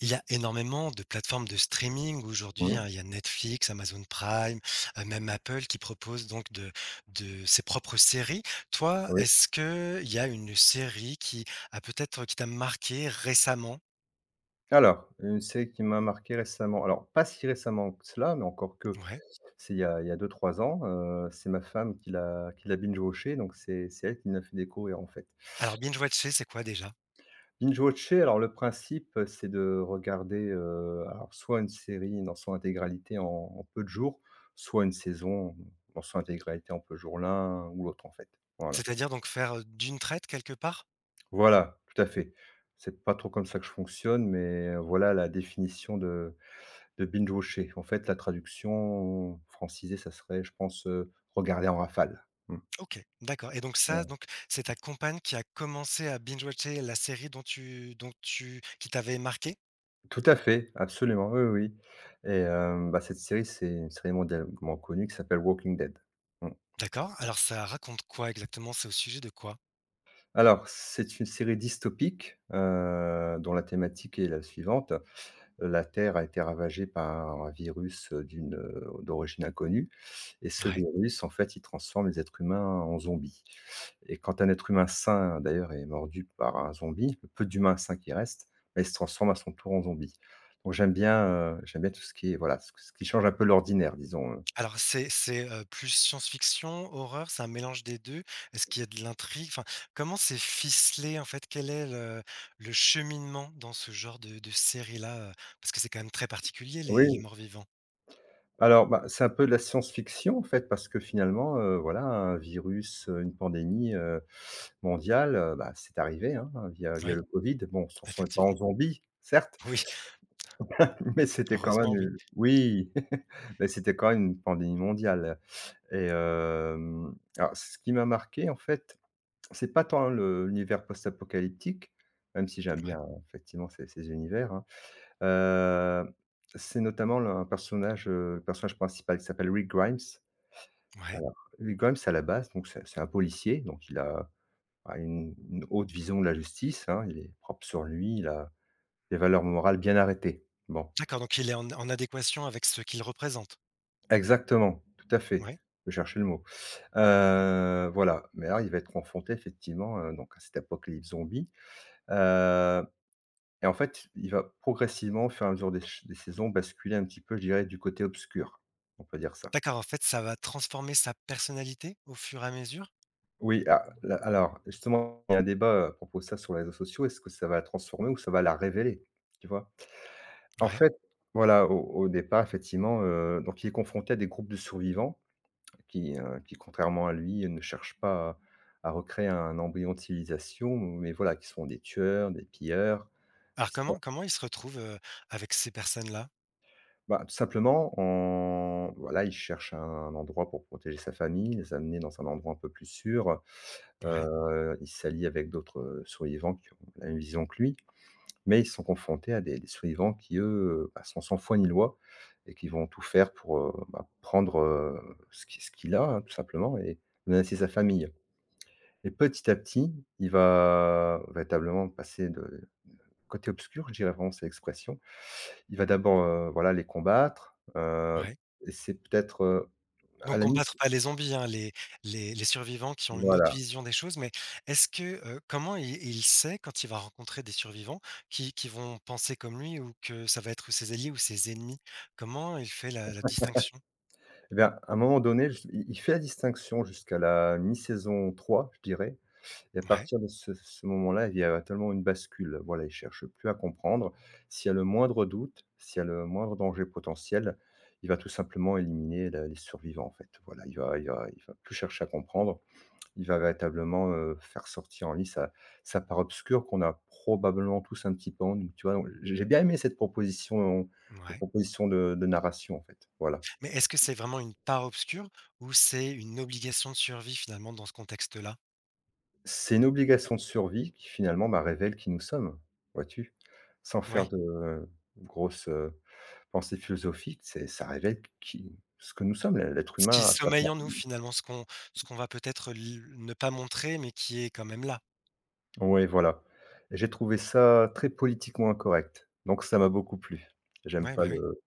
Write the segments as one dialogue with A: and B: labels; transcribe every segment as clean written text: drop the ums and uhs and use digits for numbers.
A: Il y a énormément de plateformes de streaming aujourd'hui,
B: Mmh,
A: hein. Il y a Netflix, Amazon Prime, même Apple qui propose donc de ses propres séries. Toi,
B: oui.
A: est-ce que il y a une série qui a peut-être qui t'a marqué récemment?
B: Alors, une série qui m'a marqué récemment, alors pas si récemment que cela, mais encore que,
A: Ouais.
B: c'est il y a 2-3 ans, c'est ma femme qui l'a binge watché, donc c'est elle qui m'a fait découvrir, en fait.
A: Alors binge watcher, c'est quoi déjà?
B: Binge watcher, alors le principe, c'est de regarder, alors soit une série dans son intégralité en peu de jours, soit une saison dans son intégralité en peu de jours l'un ou l'autre, en fait. Voilà.
A: C'est-à-dire donc faire, d'une traite quelque part?
B: Voilà, tout à fait. C'est pas trop comme ça que je fonctionne, mais voilà la définition de binge-watcher. En fait, la traduction francisée, ça serait, je pense, regarder en rafale. Mmh,
A: OK, d'accord et donc
B: ouais.
A: c'est ta compagne qui a commencé à binge watcher la série dont tu dont tu qui t'avait marqué.
B: Tout à fait, absolument, oui, oui, oui et bah, cette série, c'est une série mondialement connue qui s'appelle Walking Dead. Mmh.
A: D'accord. Alors ça raconte quoi exactement? C'est au sujet de quoi?
B: Alors, c'est une série dystopique, dont la thématique est la suivante. La terre a été ravagée par un virus, d'origine inconnue et ce
A: Ouais.
B: virus, en fait, il transforme les êtres humains en zombies et quand un être humain sain, d'ailleurs, est mordu par un zombie, le peu d'humains sains qui restent, bah, il se transforme à son tour en zombie. Donc j'aime bien tout ce qui est, voilà, ce qui change un peu l'ordinaire, disons.
A: Alors c'est plus science-fiction, horreur, c'est un mélange des 2. Est-ce qu'il y a de l'intrigue? Enfin, comment c'est ficelé en fait? Quel est le cheminement dans ce genre de série-là? Parce que c'est quand même très particulier les
B: Oui.
A: morts-vivants.
B: Alors, bah, c'est un peu de la science-fiction en fait, parce que finalement, voilà, un virus, une pandémie, mondiale, bah, c'est arrivé, hein, via
A: Oui,
B: le Covid. Bon, ce ne sont pas en
A: effectivement.
B: zombie, certes,
A: Oui,
B: mais c'était quand même,
A: heureusement oui.
B: oui, mais c'était quand même une pandémie mondiale et alors ce qui m'a marqué en fait, c'est pas tant le l'univers post-apocalyptique, même si j'aime
A: Ouais,
B: bien effectivement ces univers, hein. Heu, c'est notamment le personnage principal qui s'appelle Rick Grimes.
A: ouais.
B: Alors, lui quand même, c'est à la base, donc c'est un policier, donc il a une haute vision de la justice, hein, il est propre sur lui, il a des valeurs morales bien arrêtées. Bon,
A: D'accord, donc il est en adéquation avec ce qu'il représente?
B: exactement, tout à fait,
A: Ouais.
B: je cherchais le mot. Voilà, mais là, il va être confronté effectivement, donc à cette apocalypse zombie, heu et en fait, il va progressivement, au fur et à mesure des saisons, basculer un petit peu, je dirais, du côté obscur, on peut dire ça.
A: D'accord, en fait ça va transformer sa personnalité au fur et à mesure?
B: Oui, a la alors justement, il y a un débat à propos de ça sur les réseaux sociaux. Est-ce que ça va la transformer ou ça va la révéler? Tu vois? En
A: Ouais.
B: fait, voilà, au départ, effectivement, donc il est confronté à des groupes de survivants qui contrairement à lui, ne cherchent pas à recréer un embryon de civilisation, mais voilà, qui sont des tueurs, des pilleurs. Ils
A: Alors comment
B: sont
A: comment il se retrouve, avec ces personnes-là?
B: Bah, tout simplement en voilà, il cherche un endroit pour protéger sa famille, les amener dans un endroit un peu plus sûr.
A: Ouais,
B: Il s'allie avec d'autres, survivants qui ont la même vision que lui, mais ils sont confrontés à des survivants qui, eux, bah, sont sans foi ni loi et qui vont tout faire pour, bah, prendre, ce qu'il a, hein, tout simplement et menacer sa famille et petit à petit, il va véritablement passer de côté obscur, je dirais vraiment, c'est l'expression. Il va d'abord, voilà, les combattre,
A: ouais.
B: et c'est peut-être, à
A: Donc
B: la
A: combattre
B: limite,
A: pas les zombies, hein, les survivants qui ont une autre
B: voilà.
A: vision des choses, mais est-ce que comment il sait quand il va rencontrer des survivants qui vont penser comme lui ou que ça va être ses alliés ou ses ennemis? Comment il fait la distinction?
B: Eh bien, à un moment donné, je il fait la distinction jusqu'à la mi-saison 3, je dirais et à
A: Ouais,
B: partir de ce moment-là, il y a tellement une bascule. Voilà, il cherche plus à comprendre. S'il y a le moindre doute, s'il y a le moindre danger potentiel, il va tout simplement éliminer la les survivants, en fait. Voilà, il va plus chercher à comprendre. Il va véritablement, faire sortir en lice sa part obscure qu'on a probablement tous un petit peu en nous, tu vois? Donc j'ai bien aimé cette proposition cette
A: ouais,
B: proposition de narration, en fait. Voilà.
A: mais est-ce que c'est vraiment une part obscure ou c'est une obligation de survie finalement dans ce contexte-là?
B: C'est une obligation de survie qui finalement, bah, révèle qui nous sommes, vois-tu? Sans faire
A: Oui,
B: de grosses, pensées philosophiques, c'est ça révèle qui ce que nous sommes, l'être
A: ce
B: humain
A: qui sommeille en nous finalement, ce qu'on va peut-être l ne pas montrer mais qui est quand même là.
B: Oui, voilà. Et j'ai trouvé ça très politiquement incorrect, donc ça m'a beaucoup plu. J'aime
A: Ouais,
B: pas
A: bah, oui,
B: le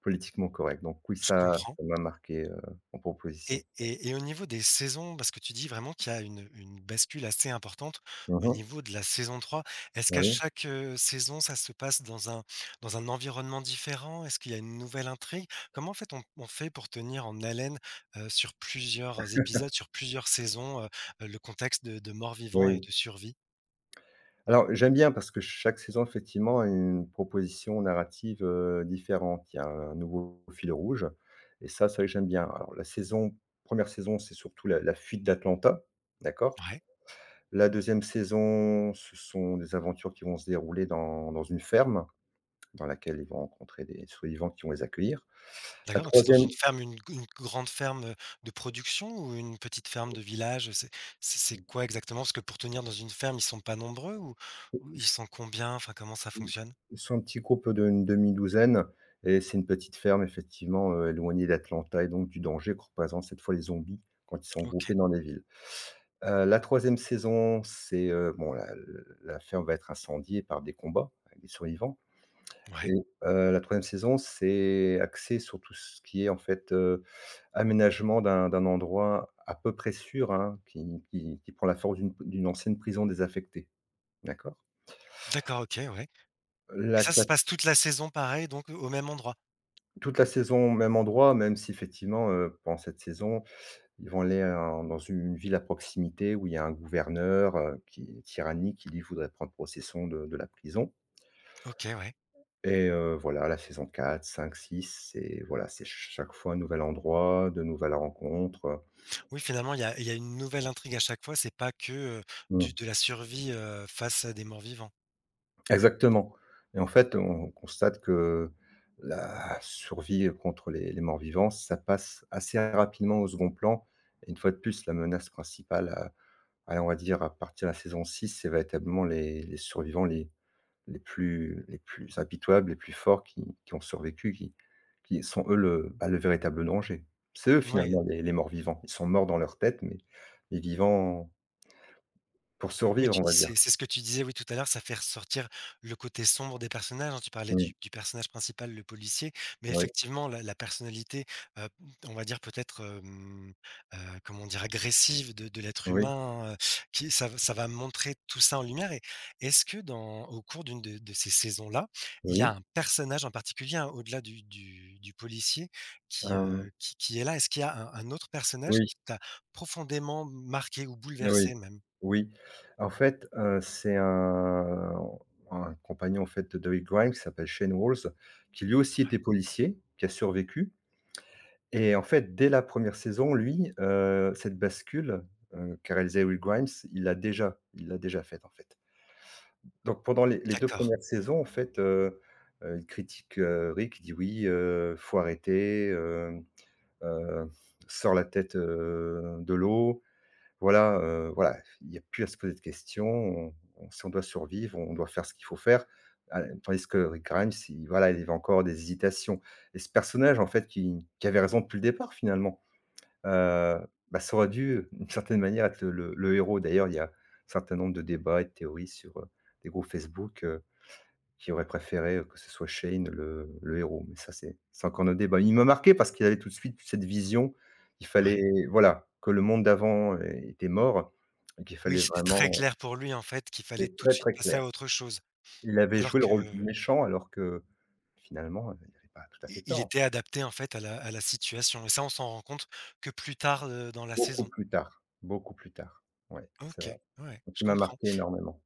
B: politiquement correct, donc oui,
A: je
B: ça
A: comprends.
B: ça m'a marqué, en proposition.
A: Et au niveau des saisons, parce que tu dis vraiment qu'il y a une bascule assez importante au
B: Mmh.
A: niveau de la saison 3. Est-ce qu'à
B: Oui,
A: chaque saison, ça se passe dans un environnement différent? Est-ce qu'il y a une nouvelle intrigue? Comment en fait on fait pour tenir en haleine, sur plusieurs épisodes, sur plusieurs saisons, le contexte de mort-vivant et
B: oui.
A: de survie?
B: Alors, j'aime bien parce que chaque saison, effectivement, a une proposition narrative, différente. Il y a un nouveau fil rouge et ça, c'est vrai que j'aime bien. Alors la saison première saison, c'est surtout la fuite d'Atlanta, d'accord?
A: Ouais.
B: La deuxième saison, ce sont des aventures qui vont se dérouler dans une ferme dans laquelle ils vont rencontrer des survivants qui vont les accueillir. La
A: D'accord, donc c'est dans
B: troisième
A: une ferme, une grande ferme, de production ou une petite ferme de village? C'est quoi exactement? Parce que pour tenir dans une ferme, ils sont pas nombreux ou ils sont combien? Enfin, comment ça fonctionne?
B: Ils un petit groupe d'une demi-douzaine et c'est une petite ferme effectivement, éloignée d'Atlanta et donc du danger que représentent cette fois les zombies quand ils sont
A: OK,
B: groupés dans les villes. La troisième saison, c'est, bon la ferme va être incendiée par des combats avec des survivants
A: ouais.
B: et la troisième saison, c'est axé sur tout ce qui est en fait, aménagement d'un endroit à peu près sûr, hein, qui prend la forme d'une ancienne prison désaffectée, d'accord?
A: D'accord, OK, ouais. Et
B: La
A: ça
B: qua
A: se passe toute la saison pareil donc au même endroit?
B: Toute la saison au même endroit, même si effectivement, pendant cette saison, ils vont aller en dans une ville à proximité où il y a un gouverneur, qui est tyrannique, qui lui voudrait prendre possession de la prison
A: OK, ouais.
B: et voilà la saison quatre, cinq, six, c'est voilà, c'est ch chaque fois un nouvel endroit, de nouvelles rencontres,
A: Oui, finalement, il y a une nouvelle intrigue à chaque fois, c'est pas que, heu,
B: mmh.
A: du de la survie, face à des morts-vivants.
B: Exactement et en fait, on constate que la survie contre les morts-vivants, ça passe assez rapidement au second plan et une fois de plus, la menace principale, allez, on va dire à partir de la saison 6, c'est véritablement les survivants les plus impitoyables, les plus forts qui ont survécu, qui sont eux le, bah, le véritable danger. C'est eux
A: Oui.
B: finalement les morts vivants. Ils sont morts dans leur tête, mais vivants pour
A: Oui,
B: survivre,
A: tu
B: on
A: dis
B: va dire.
A: c'est ce que tu disais, oui, tout à l'heure, ça fait ressortir le côté sombre des personnages, hein. Tu parlais
B: Mmh,
A: du personnage principal, le policier, mais
B: oui,
A: effectivement, la personnalité, heu, on va dire peut-être, heu, comment dire? Agressive de l'être
B: oui,
A: humain, qui ça va montrer tout ça en lumière et est-ce que dans au cours d'une de ces saisons-là, il y a
B: oui,
A: un personnage en particulier, hein, au-delà du policier qui, heu,
B: hem,
A: qui qui est là? Est-ce qu'il y a un autre personnage
B: oui,
A: qui t'a profondément marqué ou
B: oui,
A: bouleversé même?
B: oui. En fait, c'est un compagnon en fait de David Grimes qui s'appelle Shane Walls, qui lui aussi était
A: Ouais,
B: policier, qui a survécu. Et en fait, dès la première saison, lui, cette bascule, qu'a réalisée Will Grimes, il l'a déjà faite, en fait. Donc pendant les 2
A: d'accord.
B: 1 saisons, en fait, il critique, Rick, il dit: «Oui, faut arrêter, heu, sors la tête, de l'eau». Voilà, voilà, il n'y a plus à se poser de questions, on si on doit survivre, on doit faire ce qu'il faut faire. Ah, tandis que Rick Grimes, il voilà, il avait encore des hésitations et ce personnage, en fait, qui avait raison depuis le départ, finalement. Bah, ça aurait dû, d'une certaine manière, être le héros. D'ailleurs, il y a un certain nombre de débats et de théories sur, des groupes Facebook, qui auraient préféré, que ce soit Shane le héros. Mais ça, c'est encore nos débats. Il m'a marqué parce qu'il avait tout de suite cette vision. Il fallait
A: Ouais.
B: voilà, que le monde d'avant é était mort et qu'il
A: Oui,
B: fallait
A: c'était très
B: vraiment.
A: clair pour lui, en fait, qu'il fallait
B: C'est
A: tout de
B: très,
A: suite
B: très
A: passer
B: clair.
A: à autre chose.
B: Il avait
A: Alors
B: joué le rôle
A: que
B: du méchant alors que, finalement, il avait pas tout à fait
A: i il
B: tort.
A: était adapté, en fait, à la situation et ça, on s'en rend compte que plus tard, dans la
B: Beaucoup
A: saison.
B: plus tard, beaucoup plus tard. Ouais, c'est
A: OK,
B: vrai.
A: ouais,
B: Donc
A: je
B: il m'a
A: comprends
B: marqué énormément.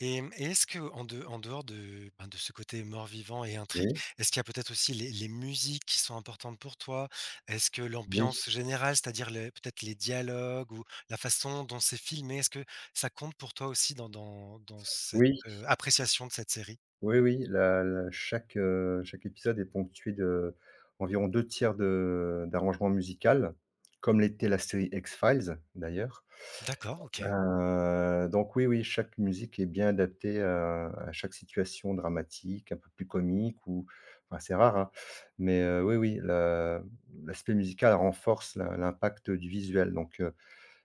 A: et et est-ce qu'en de en dehors de ce côté mort-vivant et intrigue,
B: Oui?
A: est-ce qu'il y a peut-être aussi les musiques qui sont importantes pour toi? Est-ce que
B: Oui,
A: l'ambiance générale, c'est-à-dire les peut-être les dialogues ou la façon dont c'est filmé, est-ce que ça compte pour toi aussi dans cette,
B: oui,
A: heu, appréciation de cette série?
B: oui, oui, chaque épisode est ponctué d'environ deux tiers de d'arrangements musical, comme l'était la série X-Files d'ailleurs.
A: D'accord, OK.
B: Donc oui, oui, chaque musique est bien adaptée à chaque situation dramatique, un peu plus comique ou enfin c'est rare, hein, mais oui, oui, la l'aspect musical renforce la l'impact du visuel, donc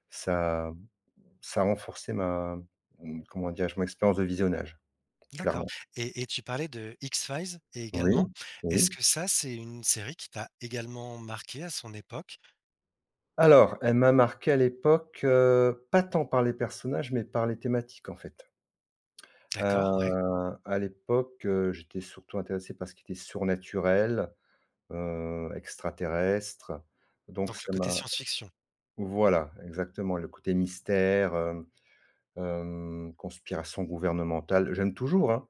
B: ça ça a renforcé comment dire, je mon expérience de visionnage,
A: D'accord
B: clairement.
A: et tu parlais de X-Files et
B: Oui,
A: également, est-ce
B: oui.
A: que ça, c'est une série qui t'a également marqué à son époque?
B: Alors, elle m'a marqué à l'époque, pas tant par les personnages, mais par les thématiques, en fait.
A: D'accord,
B: Heu,
A: ouais,
B: à l'époque, j'étais surtout intéressé par ce qui était surnaturel, extraterrestre, donc
A: donc le
B: ça
A: côté
B: m'a
A: science-fiction,
B: voilà, exactement, le côté mystère, conspiration gouvernementale. J'aime toujours, hein,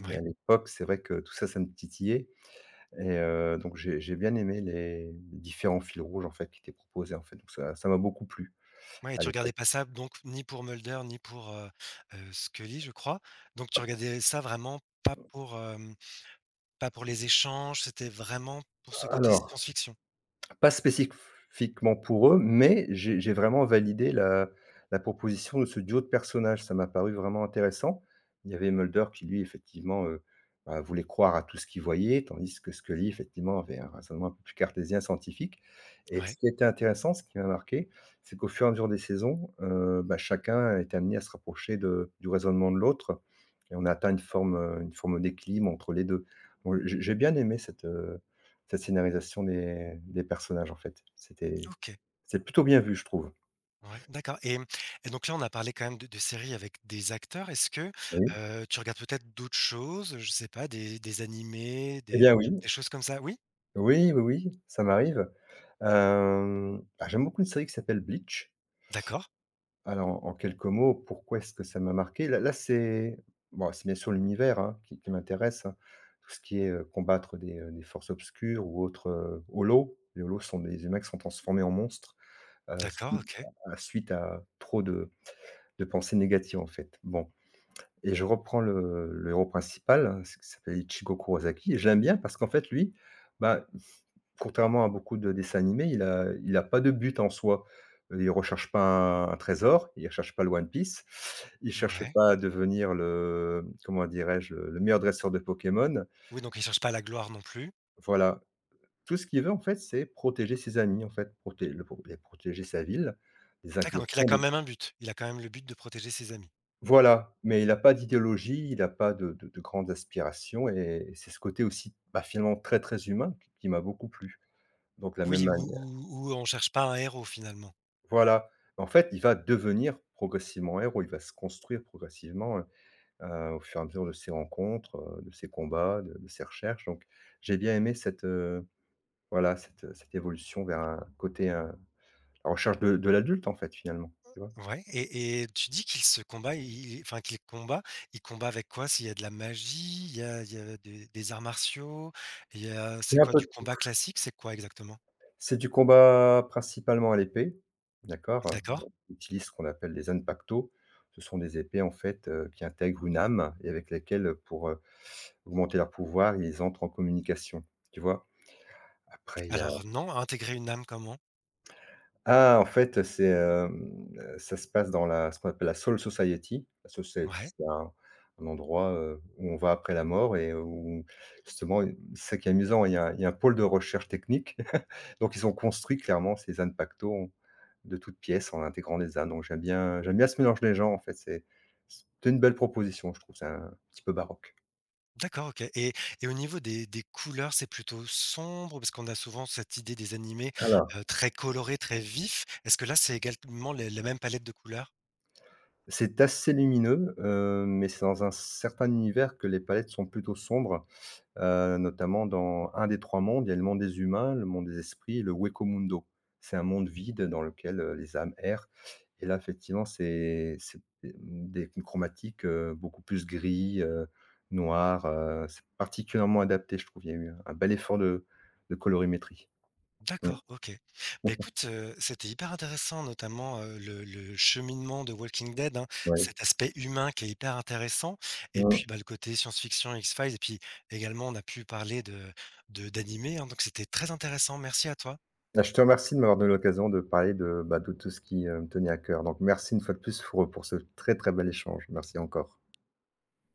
B: mais à
A: ouais.
B: l'époque, c'est vrai que tout ça, ça me titillait et donc j'ai bien aimé les différents fils rouges, en fait, qui étaient proposés, en fait, donc ça m'a beaucoup plu.
A: Ouais et
B: À
A: tu
B: l'époque?
A: regardais pas ça donc ni pour Mulder ni pour, Scully, je crois, donc tu regardais ça vraiment pas pour les échanges, c'était vraiment pour ce côté
B: Alors,
A: science-fiction?
B: pas spécifiquement pour eux, mais j'ai vraiment validé la proposition de ce duo de personnages. Ça m'a paru vraiment intéressant. Il y avait Mulder qui lui effectivement, voulait croire à tout ce qu'il voyait, tandis que Scully effectivement avait un raisonnement un peu plus cartésien, scientifique. Et ce
A: Ouais,
B: qui était intéressant, ce qui m'a marqué, c'est qu'au fur et à mesure des saisons, chacun est amené à se rapprocher de du raisonnement de l'autre et on a atteint une forme d'équilibre entre les 2. Donc, j'ai bien aimé cette, cette scénarisation des personnages, en fait.
A: OK.
B: C'est plutôt bien vu, je trouve.
A: Ouais, d'accord et et donc là, on a parlé quand même de séries avec des acteurs. Est-ce que,
B: Oui.
A: tu regardes peut-être d'autres choses? Je sais pas, des animés,
B: Eh
A: des
B: bien, oui.
A: des choses comme ça? Oui?
B: Oui, oui, oui, ça m'arrive. J'aime beaucoup une série qui s'appelle Bleach.
A: D'accord,
B: Alors, en quelques mots, pourquoi est-ce que ça m'a marqué? Là, c'est bien sûr l'univers, hein, qui m'intéresse, hein. Tout ce qui est, combattre des forces obscures ou autres, holos. Les holos sont des humains qui sont transformés en monstres,
A: d'accord,
B: suite
A: OK.
B: à suite à trop de pensées négatives, en fait. Bon, et je reprends le héros principal, hein, ce qui s'appelle Ichigo Kurosaki, et je l'aime bien parce qu'en fait lui, bah, contrairement à beaucoup de dessins animés, il a pas de but en soi. Il recherche pas un trésor, il recherche pas le One Piece, il cherche
A: Ouais.
B: pas à devenir le, comment dirais-je? Le meilleur dresseur de Pokémon.
A: Oui, donc il cherche pas la gloire non plus.
B: Voilà. Tout ce qu'il veut en fait, c'est protéger ses amis en fait, proté le pro protéger sa ville des
A: D'accord, donc il a
B: incursions
A: quand
B: de
A: même un but. Il a quand même le but de protéger ses amis.
B: voilà. Mais il n'a pas d'idéologie, il n'a pas de grandes aspirations, et c'est ce côté aussi, bah, finalement très, très humain qui m'a beaucoup plu. Donc la
A: Oui,
B: même
A: ou
B: manière,
A: ou ou on cherche pas un héros finalement.
B: voilà. En fait, il va devenir progressivement héros, il va se construire progressivement, au fur et à mesure de ses rencontres, de ses combats, de ses recherches. Donc j'ai bien aimé cette, voilà, cette évolution vers un côté, la recherche de l'adulte en fait, finalement, tu vois?
A: Ouais et tu dis qu'il combat avec quoi? S'il y a de la magie, il y a des arts martiaux, il y a
B: Il y
A: c'est
B: a un
A: quoi,
B: peu
A: du
B: de,
A: combat classique? C'est quoi exactement?
B: c'est du combat principalement à l'épée, d'accord? Mmh.
A: D'accord.
B: On utilise ce qu'on appelle les zanpakuto. Ce sont des épées, en fait, qui intègrent une âme et avec lesquelles, pour, augmenter leur pouvoir, ils entrent en communication, tu vois? Après il y a,
A: Alors non, intégrer une âme comment?
B: en fait, c'est, ça se passe dans la, ce qu'on appelle la Soul Society. La Soul Society,
A: Ouais.
B: c'est un endroit, où on va après la mort et où justement, c'est ça qui est amusant, il y a un pôle de recherche technique. Donc ils ont construit clairement ces ânes pacto en de toutes pièces, en intégrant les ânes. Donc j'aime bien ce mélange des gens en fait, c'était une belle proposition je trouve, c'est un petit peu baroque.
A: D'accord, OK et au niveau des couleurs, c'est plutôt sombre? Parce qu'on a souvent cette idée des animés,
B: Alors,
A: très colorés, très vifs. Est-ce que là, c'est également les la même palette de couleurs?
B: c'est assez lumineux, mais c'est dans un certain univers que les palettes sont plutôt sombres. Notamment dans un des 3 mondes, il y a le monde des humains, le monde des esprits et le Wekwomundo. C'est un monde vide dans lequel, les âmes errent, et là effectivement c'est des chromatiques, beaucoup plus gris, noir, c'est particulièrement adapté je trouve. Il y a eu un bel effort de colorimétrie. Mmh.
A: D'accord, OK. Bah, écoute, c'était hyper intéressant, notamment, le cheminement de Walking Dead, hein,
B: Ouais.
A: cet aspect humain qui est hyper intéressant et
B: Mmh.
A: puis, bah, le côté science-fiction, X-Files et puis également, on a pu parler de d'animés, hein, donc c'était très intéressant. Merci à toi.
B: Bah, je te remercie de m'avoir donné l'occasion de parler de, bah, de tout ce qui, me tenait à cœur. Donc merci une fois de plus pour ce très, très bel échange. Merci encore.